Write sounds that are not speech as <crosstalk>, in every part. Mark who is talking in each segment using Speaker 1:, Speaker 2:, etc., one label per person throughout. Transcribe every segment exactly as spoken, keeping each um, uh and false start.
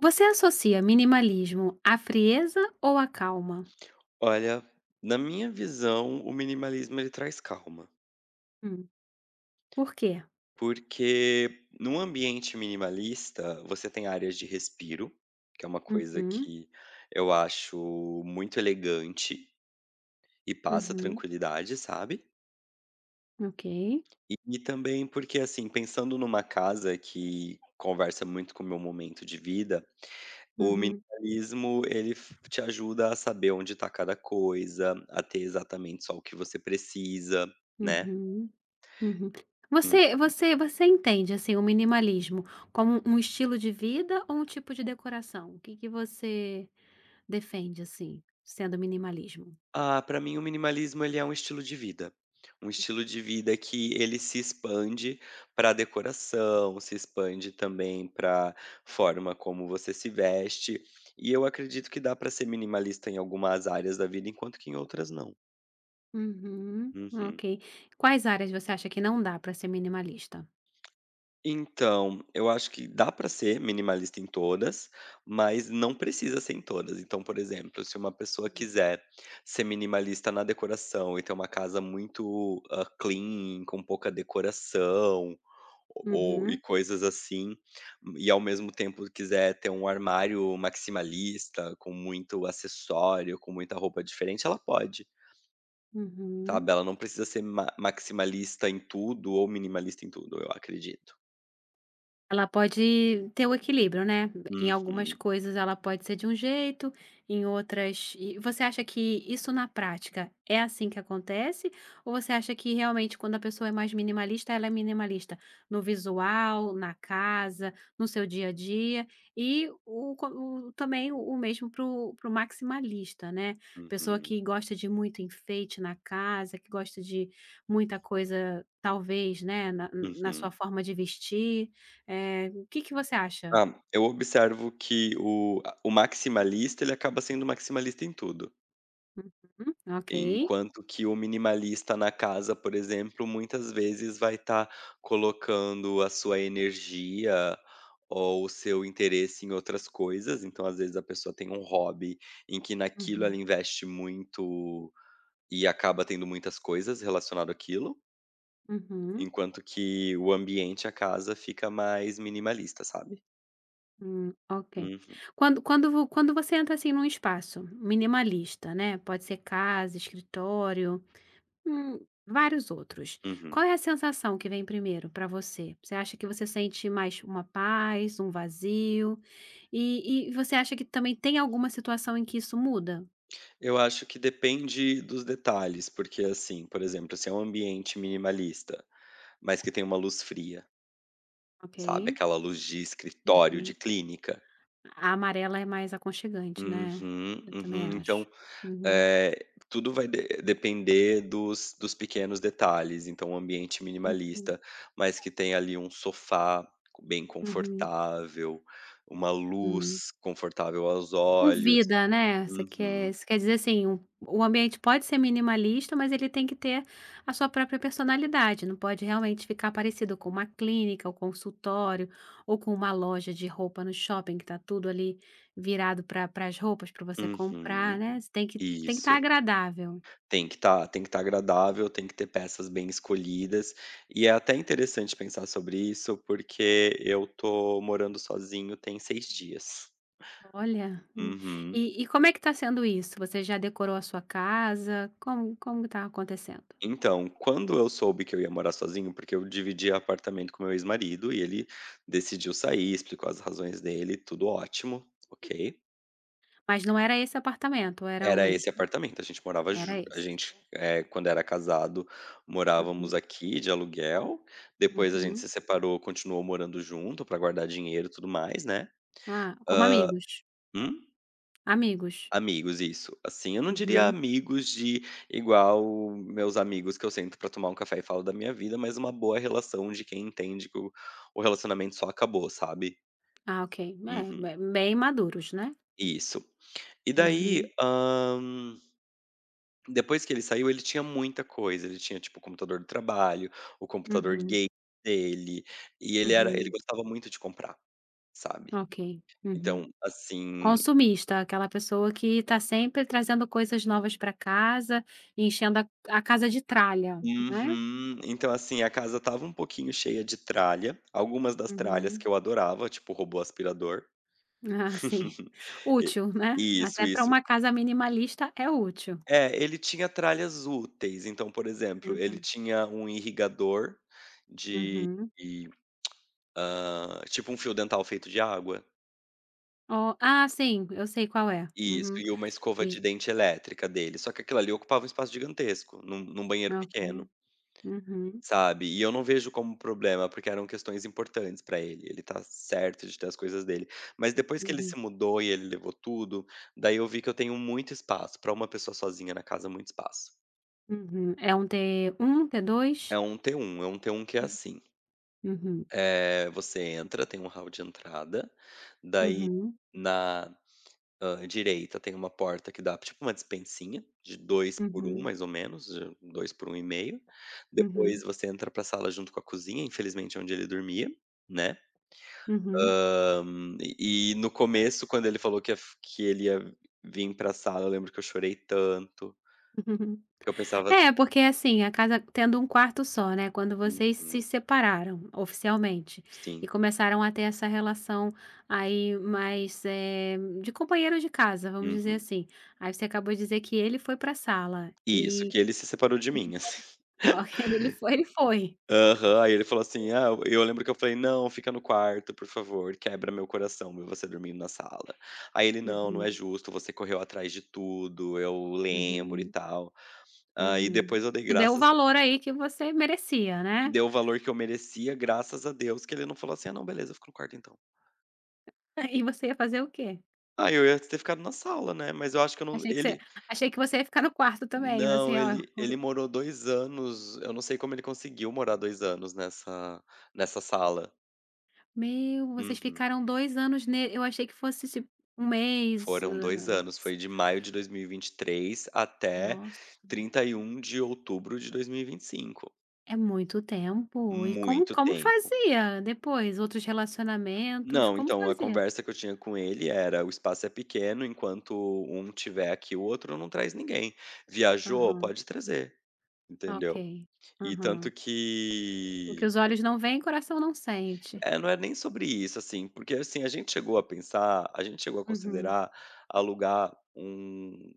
Speaker 1: Você associa minimalismo à frieza ou à calma?
Speaker 2: Olha, na minha visão, o minimalismo ele traz calma,
Speaker 1: Hum, por quê?
Speaker 2: porque num ambiente minimalista você tem áreas de respiro, que é uma coisa
Speaker 1: Uhum,
Speaker 2: que eu acho muito elegante e passa
Speaker 1: uhum,
Speaker 2: tranquilidade, sabe?
Speaker 1: ok.
Speaker 2: E, e também porque, assim, pensando numa casa que conversa muito com o meu momento de vida, o
Speaker 1: Uhum,
Speaker 2: minimalismo ele f- te ajuda a saber onde está cada coisa, a ter exatamente só o que você precisa, né?
Speaker 1: uhum, uhum. Você você você entende, assim, o minimalismo como um estilo de vida ou um tipo de decoração? O que que você defende, assim, sendo minimalismo?
Speaker 2: Ah, para mim o minimalismo ele é um estilo de vida. Um estilo de vida que ele se expande pra decoração, se expande também para forma como você se veste, e eu acredito que dá para ser minimalista em algumas áreas da vida, enquanto que em outras não.
Speaker 1: Uhum, ok.
Speaker 2: Uhum.
Speaker 1: Quais áreas você acha que não dá para ser minimalista?
Speaker 2: Então, eu acho que dá para ser minimalista em todas, mas não precisa ser em todas. Então, por exemplo, se uma pessoa
Speaker 1: Hum,
Speaker 2: quiser ser minimalista na decoração e ter uma casa muito, hã, clean, com pouca decoração ou e
Speaker 1: uhum,
Speaker 2: coisas assim, e ao mesmo tempo quiser ter um armário maximalista, com muito acessório, com muita roupa diferente, ela pode,
Speaker 1: uhum.
Speaker 2: sabe. Ela não precisa ser ma maximalista em tudo ou minimalista em tudo, eu acredito.
Speaker 1: Ela pode ter o equilíbrio, né. Em algumas
Speaker 2: Uhum.
Speaker 1: coisas ela pode ser de um jeito, em outras e você acha que isso na prática é assim que acontece? Ou você acha que realmente quando a pessoa é mais minimalista, ela é minimalista no visual, na casa, no seu dia a dia e o co o também o mesmo para o mesmo para o maximalista, né. Pessoa
Speaker 2: Uhum,
Speaker 1: que gosta de muito enfeite na casa, que gosta de muita coisa talvez, né, na na sua
Speaker 2: uhum.
Speaker 1: forma de vestir é o que que você acha?
Speaker 2: Ah, eu observo que o a o maximalista, ele acaba sendo maximalista em tudo,
Speaker 1: Uhum, ok.
Speaker 2: enquanto que o minimalista na casa, por exemplo, muitas vezes vai estar colocando a sua energia ou o seu interesse em outras coisas, então às vezes a pessoa tem um hobby em que naquilo ela
Speaker 1: Uhum,
Speaker 2: investe muito e acaba tendo muitas coisas relacionado àquilo,
Speaker 1: uhum,
Speaker 2: enquanto que o ambiente, a casa, fica mais minimalista, sabe.
Speaker 1: hum, ok.
Speaker 2: Uhum,
Speaker 1: Quando quando vo quando você entra, assim, num espaço minimalista, né, pode ser casa, escritório, hum, vários outros, qual
Speaker 2: uhum.
Speaker 1: é a sensação que vem primeiro para você? Você acha que você sente mais uma paz, um vazio? E e você acha que também tem alguma situação em que isso muda?
Speaker 2: Eu acho que depende dos detalhes, porque assim, por exemplo, se é um ambiente minimalista, mas que tem uma luz fria,
Speaker 1: Ok,
Speaker 2: sabe, aquela luz de escritório, de
Speaker 1: uhum.
Speaker 2: clínica.
Speaker 1: A amarela é mais aconchegante, né,
Speaker 2: Uhum,
Speaker 1: eu também
Speaker 2: uhum.
Speaker 1: acho.
Speaker 2: Então,
Speaker 1: Uhum.
Speaker 2: eh, tudo vai de depender dos dos pequenos detalhes. Então, um ambiente
Speaker 1: Uhum,
Speaker 2: minimalista, mas que tem ali um sofá bem
Speaker 1: uhum,
Speaker 2: confortável, uma
Speaker 1: hum.
Speaker 2: luz confortável aos
Speaker 1: Com
Speaker 2: olhos.
Speaker 1: vida, né, você quer
Speaker 2: Uhum,
Speaker 1: você quer dizer assim, o o ambiente pode ser minimalista, mas ele tem que ter a sua própria personalidade, não pode realmente ficar parecido com uma clínica, ou consultório, ou com uma loja de roupa no shopping que tá tudo ali virado para as roupas para você comprar,
Speaker 2: uhum.
Speaker 1: né, você tem que tem que estar
Speaker 2: Isso.
Speaker 1: agradável.
Speaker 2: Tem que estar tem que estar agradável, tem que ter peças bem escolhidas, e é até interessante pensar sobre isso, porque eu tô morando sozinho tem seis dias.
Speaker 1: Olha,
Speaker 2: Uhum.
Speaker 1: e e como é que tá sendo isso? Você já decorou a sua casa? Como como tá acontecendo?
Speaker 2: Então, quando eu soube que eu ia morar sozinho, porque eu dividia apartamento com meu ex-marido e ele decidiu sair, explicou as razões dele, tudo ótimo, ok.
Speaker 1: Mas não era esse apartamento, era o
Speaker 2: Era esse
Speaker 1: mesmo?
Speaker 2: apartamento, a gente morava
Speaker 1: Era
Speaker 2: ju a
Speaker 1: esse.
Speaker 2: gente, eh, quando era casado, morávamos
Speaker 1: Uhum,
Speaker 2: aqui de aluguel, depois a gente
Speaker 1: uhum.
Speaker 2: se separou, continuou morando junto para guardar dinheiro e tudo mais, né.
Speaker 1: Ah, como amigos?
Speaker 2: Hum?
Speaker 1: Amigos.
Speaker 2: Amigos, isso. Assim, eu não diria
Speaker 1: Uhum.
Speaker 2: amigos de igual meus amigos que eu sento pra tomar um café e falo da minha vida, mas uma boa relação de quem entende que o o relacionamento só acabou, sabe.
Speaker 1: Ah, ok. É,
Speaker 2: Uhum.
Speaker 1: be bem maduros, né.
Speaker 2: Isso. E daí,
Speaker 1: Uhum,
Speaker 2: Depois que ele saiu, ele tinha muita coisa, ele tinha, tipo, o computador do trabalho, o computador
Speaker 1: uhum,
Speaker 2: gamer dele, e ele era ele
Speaker 1: uhum.
Speaker 2: gostava muito de comprar, sabe.
Speaker 1: Ok. Uhum.
Speaker 2: Então, assim.
Speaker 1: Consumista, aquela pessoa que está sempre trazendo coisas novas para casa, e enchendo a a casa de tralha, né.
Speaker 2: Uhum. Então, assim, a casa tava um pouquinho cheia de tralha, algumas das tralhas
Speaker 1: Uhum.
Speaker 2: que eu adorava, tipo, robô aspirador.
Speaker 1: Ah, sim.
Speaker 2: <laughs>
Speaker 1: <laughs> Útil, né.
Speaker 2: E Isso,
Speaker 1: Até para
Speaker 2: isso.
Speaker 1: uma casa minimalista é útil.
Speaker 2: É, ele tinha tralhas úteis, então, por exemplo, ele
Speaker 1: Uhum,
Speaker 2: tinha um irrigador de,
Speaker 1: uhum.
Speaker 2: hã, tipo um fio dental feito de água.
Speaker 1: Oh ah, sim, eu sei qual é.
Speaker 2: Isso,
Speaker 1: Uhum.
Speaker 2: e uma escova de
Speaker 1: E
Speaker 2: dente elétrica dele, só que aquilo ali ocupava um espaço gigantesco num num banheiro
Speaker 1: ok.
Speaker 2: pequeno,
Speaker 1: Uhum,
Speaker 2: sabe. E eu não vejo como problema, porque eram questões importantes pra ele, ele tá certo de ter as coisas dele. Mas depois que ele
Speaker 1: uhum,
Speaker 2: se mudou e ele levou tudo, daí eu vi que eu tenho muito espaço, pra uma pessoa sozinha na casa, muito espaço.
Speaker 1: uhum. É um t um
Speaker 2: É
Speaker 1: T dois?
Speaker 2: um t um. é um t um que é assim,
Speaker 1: Uhum,
Speaker 2: eh, você entra, tem um hall de entrada, daí
Speaker 1: uhum,
Speaker 2: na Hã, direita tem uma porta que dá tipo uma despensinha, de dois por um
Speaker 1: uhum,
Speaker 2: mais ou menos, de dois por um e meio. Depois
Speaker 1: uhum,
Speaker 2: você entra pra sala junto com a cozinha, infelizmente é onde ele dormia, né.
Speaker 1: uhum.
Speaker 2: Hã, e e no começo quando ele falou que ia f que ele ia vim pra sala, eu lembro que eu chorei tanto,
Speaker 1: <laughs>
Speaker 2: que eu pensava
Speaker 1: É,
Speaker 2: assim.
Speaker 1: porque assim, a casa tendo um quarto só, né, quando vocês se
Speaker 2: Uhum,
Speaker 1: separaram oficialmente e
Speaker 2: sim,
Speaker 1: começaram a ter essa relação aí mais, eh, de companheiro de casa, vamos dizer
Speaker 2: uhum.
Speaker 1: assim. Aí você acabou de dizer que ele foi para a sala
Speaker 2: E Isso,
Speaker 1: e
Speaker 2: que ele se separou de
Speaker 1: <laughs>
Speaker 2: mim, assim. <laughs>
Speaker 1: ok, ele foi ele foi.
Speaker 2: Aham. Aí ele falou assim: "Ah", eu lembro que eu falei: "Não, fica no quarto, por favor, quebra meu coração ver você dormindo na sala". Aí ele: "Não, não é
Speaker 1: Uhum,
Speaker 2: justo, você correu atrás de tudo, eu lembro e
Speaker 1: uhum.
Speaker 2: tal". Aí depois
Speaker 1: Uhum.
Speaker 2: eu dei
Speaker 1: Te deu o
Speaker 2: graças
Speaker 1: valor aí que você merecia, né.
Speaker 2: dei o valor que eu merecia, graças a Deus que ele não falou assim: "Ah, não, beleza, eu fico no quarto então".
Speaker 1: <laughs> E você ia fazer o quê?
Speaker 2: Aí eu ia ter ficado na sala, né, mas eu acho que eu não
Speaker 1: Achei que você
Speaker 2: ele
Speaker 1: achei que você ia ficar no quarto também, você:
Speaker 2: não,
Speaker 1: "Ó,
Speaker 2: ele ele morou dois anos, eu não sei como ele conseguiu morar dois anos nessa nessa sala.
Speaker 1: meu, vocês
Speaker 2: Uhum.
Speaker 1: ficaram dois anos ne eu achei que fosse tipo um mês,
Speaker 2: Foram dois
Speaker 1: hã,
Speaker 2: anos,
Speaker 1: se".
Speaker 2: foi de maio de dois mil e e vinte e três até
Speaker 1: Nossa,
Speaker 2: trinta e um de outubro de dois mil e e vinte e cinco.
Speaker 1: é muito tempo. E como
Speaker 2: Muito
Speaker 1: como
Speaker 2: tempo.
Speaker 1: fazia depois? Outros relacionamentos,
Speaker 2: Não,
Speaker 1: como
Speaker 2: então a
Speaker 1: fazia?
Speaker 2: conversa que eu tinha com ele era: "O espaço é pequeno, enquanto um tiver aqui, o outro não traz ninguém. Viajou?
Speaker 1: Aham,
Speaker 2: Pode trazer",
Speaker 1: ok.
Speaker 2: entendeu. E
Speaker 1: Aham.
Speaker 2: tanto
Speaker 1: "O que
Speaker 2: que
Speaker 1: os olhos não veem, o coração não sente".
Speaker 2: é, não é nem sobre isso, assim, porque, assim, a gente chegou a pensar, a gente chegou a
Speaker 1: Uhum,
Speaker 2: considerar alugar um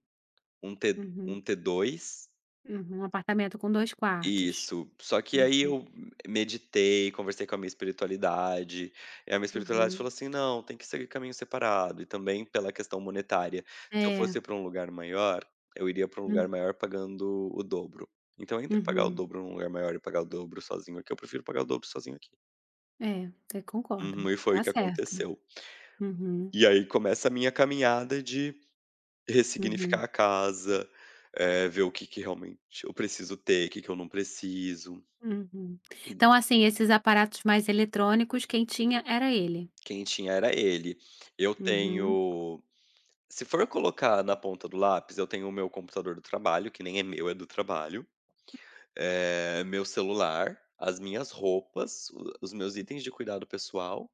Speaker 2: um T
Speaker 1: uhum,
Speaker 2: um t dois.
Speaker 1: uhum. Um apartamento com dois quartos.
Speaker 2: Isso. Só que aí
Speaker 1: Uhum.
Speaker 2: eu meditei, conversei com a minha espiritualidade, e a minha espiritualidade
Speaker 1: Uhum.
Speaker 2: falou assim: "Não, tem que seguir caminho separado", e também pela questão monetária. Se eu
Speaker 1: É.
Speaker 2: fosse para um lugar maior, eu iria para um
Speaker 1: Hum.
Speaker 2: lugar maior pagando o dobro. Então entre pagar o
Speaker 1: Uhum.
Speaker 2: dobro num lugar maior e pagar o dobro sozinho aqui, eu prefiro pagar o dobro sozinho aqui.
Speaker 1: É, eu concordo.
Speaker 2: Uhum, e foi o
Speaker 1: Tá
Speaker 2: que
Speaker 1: certo.
Speaker 2: aconteceu.
Speaker 1: Uhum.
Speaker 2: E aí começa a minha caminhada de ressignificar
Speaker 1: Uhum.
Speaker 2: a casa, eh, ver o que que realmente eu preciso ter, o que que eu não preciso.
Speaker 1: Uhum.
Speaker 2: E
Speaker 1: Então, assim, esses aparatos mais eletrônicos, quem tinha era ele.
Speaker 2: quem tinha era ele. Eu
Speaker 1: Uhum.
Speaker 2: tenho se for colocar na ponta do lápis, eu tenho o meu computador do trabalho, que nem é meu, é do trabalho, eh, meu celular, as minhas roupas, o os meus itens de cuidado pessoal,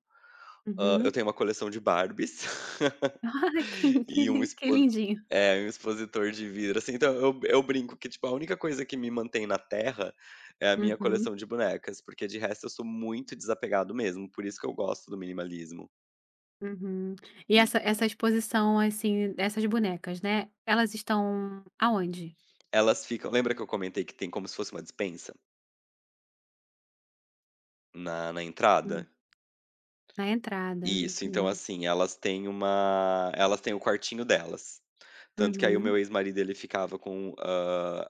Speaker 2: hã, eu
Speaker 1: Uhum.
Speaker 2: tenho uma coleção de Barbies <laughs>
Speaker 1: <laughs> Ah, que
Speaker 2: e um
Speaker 1: que que
Speaker 2: expo
Speaker 1: lindinho.
Speaker 2: é, um expositor de vidro, assim, então eu eu brinco que, tipo, a única coisa que me mantém na terra é a minha
Speaker 1: Uhum.
Speaker 2: coleção de bonecas, porque de resto eu sou muito desapegado mesmo, por isso que eu gosto do minimalismo.
Speaker 1: Uhum. E essa essa
Speaker 2: Uhum.
Speaker 1: exposição, assim, dessas bonecas, né, elas estão aonde?
Speaker 2: Elas ficam, lembra que eu comentei que tem como se fosse uma despensa na na
Speaker 1: Hum.
Speaker 2: entrada?
Speaker 1: Na entrada.
Speaker 2: Isso, então,
Speaker 1: Uhum.
Speaker 2: assim, elas têm uma elas têm o quartinho delas. Tanto que aí o meu
Speaker 1: Uhum.
Speaker 2: ex-marido ele ficava com, hã,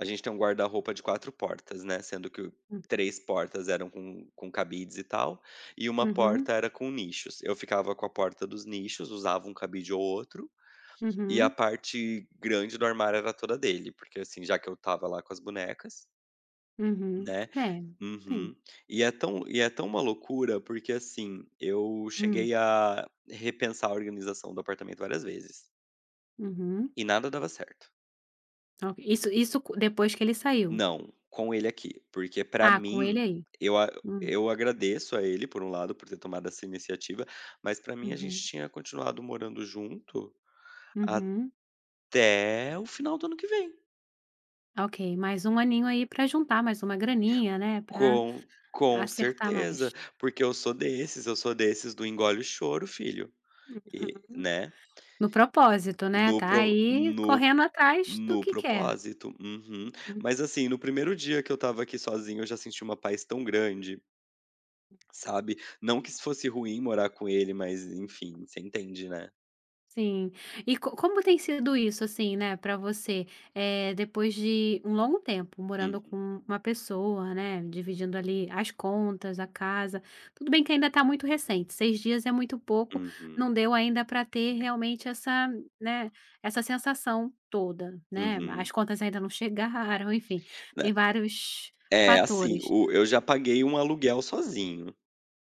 Speaker 2: a gente tem um guarda-roupa de quatro portas, né, sendo que
Speaker 1: Hum.
Speaker 2: três portas eram com com cabides e tal, e uma
Speaker 1: Uhum.
Speaker 2: porta era com nichos. Eu ficava com a porta dos nichos, usava um cabide ou outro, e a
Speaker 1: Uhum.
Speaker 2: parte grande do armário era toda dele, porque, assim, já que eu tava lá com as bonecas,
Speaker 1: Uhum.
Speaker 2: né.
Speaker 1: É,
Speaker 2: Uhum.
Speaker 1: sim.
Speaker 2: E é tão e é tão uma loucura, porque, assim, eu
Speaker 1: Hum.
Speaker 2: cheguei a repensar a organização do apartamento várias vezes,
Speaker 1: Uhum.
Speaker 2: e nada dava certo.
Speaker 1: Ok, isso isso co depois que ele saiu?
Speaker 2: Não, com ele aqui, porque pra
Speaker 1: Ah, com
Speaker 2: mim,
Speaker 1: ele aí.
Speaker 2: eu a
Speaker 1: Hum,
Speaker 2: eu agradeço a ele, por um lado, por ter tomado essa iniciativa, mas pra mim a gente
Speaker 1: uhum,
Speaker 2: tinha continuado morando junto
Speaker 1: uhum.
Speaker 2: até o final do ano que vem.
Speaker 1: Ok, mais um aninho aí para juntar mais uma graninha, né, para
Speaker 2: Com com
Speaker 1: acertar mais.
Speaker 2: certeza, porque eu sou desses, eu sou desses do engole o choro filho, e
Speaker 1: Uhum.
Speaker 2: né,
Speaker 1: No propósito, né,
Speaker 2: no
Speaker 1: tá
Speaker 2: pro
Speaker 1: aí
Speaker 2: no
Speaker 1: correndo atrás do
Speaker 2: No
Speaker 1: que quer.
Speaker 2: propósito. Uhum. Mas, assim, no primeiro dia que eu estava aqui sozinho, eu já senti uma paz tão grande, sabe. Não que isso fosse ruim morar com ele, mas, enfim, você entende, né.
Speaker 1: Sim. E co como tem sido isso, assim, né, para você? É depois de um longo tempo morando
Speaker 2: Uhum,
Speaker 1: com uma pessoa, né, dividindo ali as contas, a casa, tudo bem que ainda está muito recente, seis dias é muito pouco,
Speaker 2: uhum,
Speaker 1: não deu ainda para ter realmente essa, né, essa sensação toda, né,
Speaker 2: uhum.
Speaker 1: as contas ainda não chegaram, <laughs> enfim,
Speaker 2: Né.
Speaker 1: tem vários
Speaker 2: É, assim,
Speaker 1: fatores.
Speaker 2: o eu já paguei um aluguel sozinho.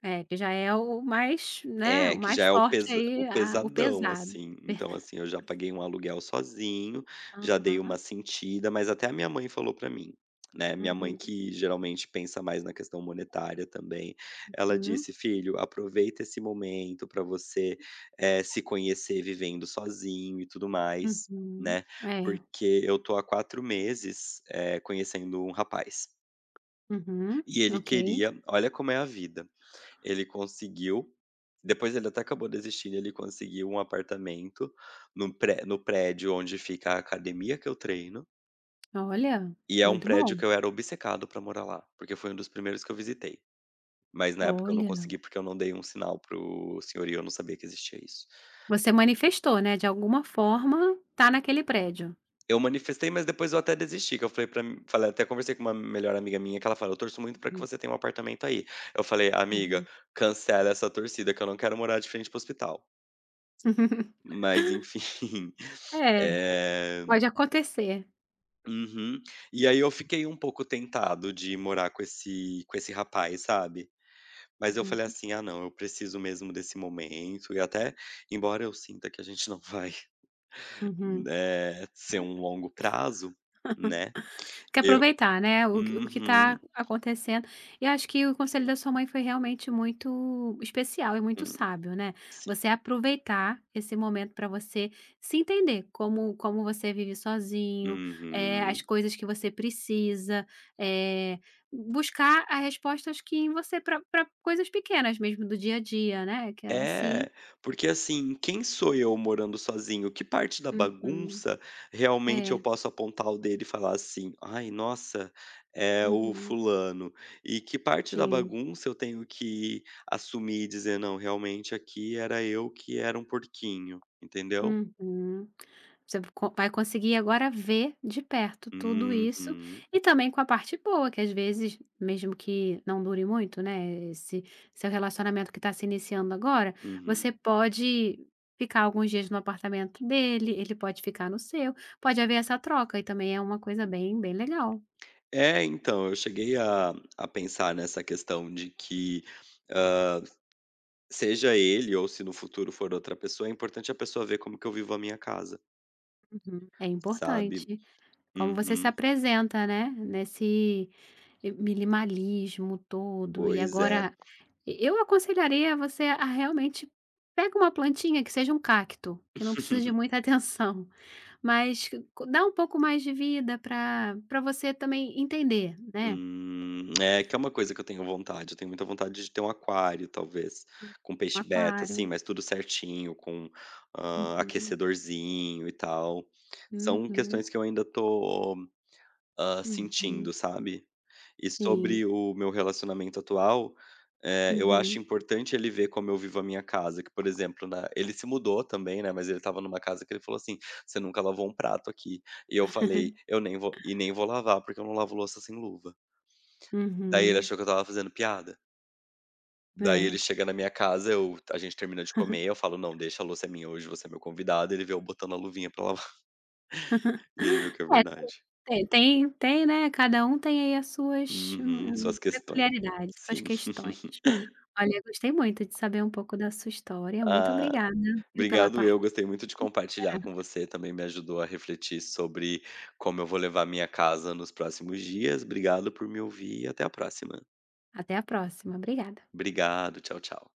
Speaker 1: É, que já é o mais, né, o
Speaker 2: É, que
Speaker 1: mais
Speaker 2: já é o
Speaker 1: forte
Speaker 2: pesa o
Speaker 1: aí, a o
Speaker 2: pesadão,
Speaker 1: pesado.
Speaker 2: assim. Então,
Speaker 1: <laughs>
Speaker 2: assim, eu já paguei um aluguel sozinho, já dei
Speaker 1: Aham.
Speaker 2: uma sentida, mas até a minha mãe falou pra mim, né, minha mãe
Speaker 1: Uhum.
Speaker 2: que geralmente pensa mais na questão monetária também, ela
Speaker 1: Uhum.
Speaker 2: disse: "Filho, aproveita esse momento pra você, eh, se conhecer vivendo sozinho e tudo mais,
Speaker 1: Uhum.
Speaker 2: né,
Speaker 1: É.
Speaker 2: porque eu tô há quatro meses, eh, conhecendo um rapaz,
Speaker 1: Uhum.
Speaker 2: e ele
Speaker 1: Ok.
Speaker 2: queria" olha como é a vida, ele conseguiu, depois ele até acabou desistindo, ele conseguiu um apartamento no pré no prédio onde fica a academia que eu treino,
Speaker 1: Olha,
Speaker 2: e é um
Speaker 1: muito
Speaker 2: prédio
Speaker 1: bom.
Speaker 2: que eu era obcecado pra morar lá, porque foi um dos primeiros que eu visitei, mas na época eu não
Speaker 1: Olha,
Speaker 2: consegui, porque eu não dei um sinal para o senhor e eu não sabia que existia isso.
Speaker 1: você manifestou, né, de alguma forma tá naquele prédio.
Speaker 2: Eu manifestei, mas depois eu até desisti, que eu falei para, falei até conversei com uma melhor amiga minha que ela falou: "Eu torço muito pra que
Speaker 1: Uhum,
Speaker 2: você tenha um apartamento aí". Eu falei: "Amiga,
Speaker 1: uhum.
Speaker 2: cancela essa torcida que eu não quero morar de frente para hospital".
Speaker 1: <laughs>
Speaker 2: Mas enfim, <laughs>
Speaker 1: É,
Speaker 2: eh
Speaker 1: pode acontecer.
Speaker 2: Uhum. E aí eu fiquei um pouco tentado de morar com esse com esse rapaz, sabe. Mas eu falei
Speaker 1: Uhum,
Speaker 2: assim: "Ah não, eu preciso mesmo desse momento", e até embora eu sinta que a gente não vai, <laughs>
Speaker 1: uhum.
Speaker 2: eh, ser um longo prazo, né,
Speaker 1: Que
Speaker 2: eu
Speaker 1: aproveitar, né, o que o que tá
Speaker 2: Uhum.
Speaker 1: acontecendo. E acho que o conselho da sua mãe foi realmente muito especial e muito
Speaker 2: Hum,
Speaker 1: sábio, né.
Speaker 2: sim.
Speaker 1: Você aproveitar esse momento para você se entender como como você vive sozinho, eh, as
Speaker 2: Uhum.
Speaker 1: coisas que você precisa, eh, buscar as respostas que em você para pra coisas pequenas mesmo do dia a dia, né, que é assim
Speaker 2: É, porque assim, quem sou eu morando sozinho? Que parte da
Speaker 1: uhum.
Speaker 2: bagunça realmente
Speaker 1: É,
Speaker 2: eu posso apontar o dedo e falar assim: "Ai, nossa, é o
Speaker 1: uhum,
Speaker 2: fulano". E que parte da
Speaker 1: sim.
Speaker 2: bagunça eu tenho que assumir e dizer: "Não, realmente aqui era eu que era um porquinho", entendeu?
Speaker 1: Uhum. Você co vai conseguir agora ver de perto tudo isso,
Speaker 2: Uhum,
Speaker 1: e também com a parte boa, que às vezes, mesmo que não dure muito, né, esse seu relacionamento que está se iniciando agora,
Speaker 2: uhum.
Speaker 1: você pode ficar alguns dias no apartamento dele, ele pode ficar no seu, pode haver essa troca e também é uma coisa bem, bem legal.
Speaker 2: É, então, eu cheguei a a pensar nessa questão de que, ah, Seja ele ou se no futuro for outra pessoa, é importante a pessoa ver como que eu vivo a minha casa,
Speaker 1: Uhum, é
Speaker 2: sabe.
Speaker 1: importante. Como você se
Speaker 2: Uhum.
Speaker 1: apresenta, né, nesse minimalismo todo. E
Speaker 2: Pois é.
Speaker 1: agora, eu aconselharia você a realmente pega uma plantinha que seja um cacto, que não precisa de
Speaker 2: <laughs>
Speaker 1: muita <laughs> atenção, mas que co- dá um pouco mais de vida para para você também entender, né.
Speaker 2: Hum, é que é uma coisa que eu tenho vontade, eu tenho muita vontade de ter um aquário talvez, com
Speaker 1: Um
Speaker 2: peixe beta, assim,
Speaker 1: aquário.
Speaker 2: mas tudo certinho, com, hã,
Speaker 1: Uhum,
Speaker 2: aquecedorzinho e tal. São
Speaker 1: uhum,
Speaker 2: questões que eu ainda tô, hã,
Speaker 1: uhum,
Speaker 2: sentindo, sabe. E
Speaker 1: sim,
Speaker 2: sobre o meu relacionamento atual, eh, eu acho
Speaker 1: uhum.
Speaker 2: importante ele ver como eu vivo a minha casa, que, por exemplo, né, ele se mudou também, né, mas ele estava numa casa que ele falou assim: "Você nunca lavou um prato aqui". E eu falei:
Speaker 1: <laughs>
Speaker 2: "Eu nem vou e nem vou lavar, porque eu não lavo louça sem luva". Daí ele
Speaker 1: Uhum,
Speaker 2: achou que eu estava fazendo piada. Daí
Speaker 1: é.
Speaker 2: ele chega na minha casa, eu a gente termina de comer, eu falo: "Não, deixa a louça é minha hoje, você é meu convidado". Ele vê eu botando a luvinha pra lavar <laughs> e ele viu que é
Speaker 1: É,
Speaker 2: verdade.
Speaker 1: Tem tem tem, né, cada um tem aí as suas
Speaker 2: Uhum,
Speaker 1: hum, hum,
Speaker 2: suas questões.
Speaker 1: peculiaridades, suas
Speaker 2: Sim.
Speaker 1: questões.
Speaker 2: <laughs>
Speaker 1: Olha, gostei muito de saber um pouco da sua história, muito
Speaker 2: Ah.
Speaker 1: obrigada, viu, pela
Speaker 2: Obrigado
Speaker 1: partilha.
Speaker 2: eu, gostei muito de compartilhar com você, também me ajudou a refletir sobre como eu vou levar minha casa nos próximos dias. Obrigado por me ouvir e até a próxima.
Speaker 1: Até a próxima, obrigada.
Speaker 2: Obrigado, tchau, tchau.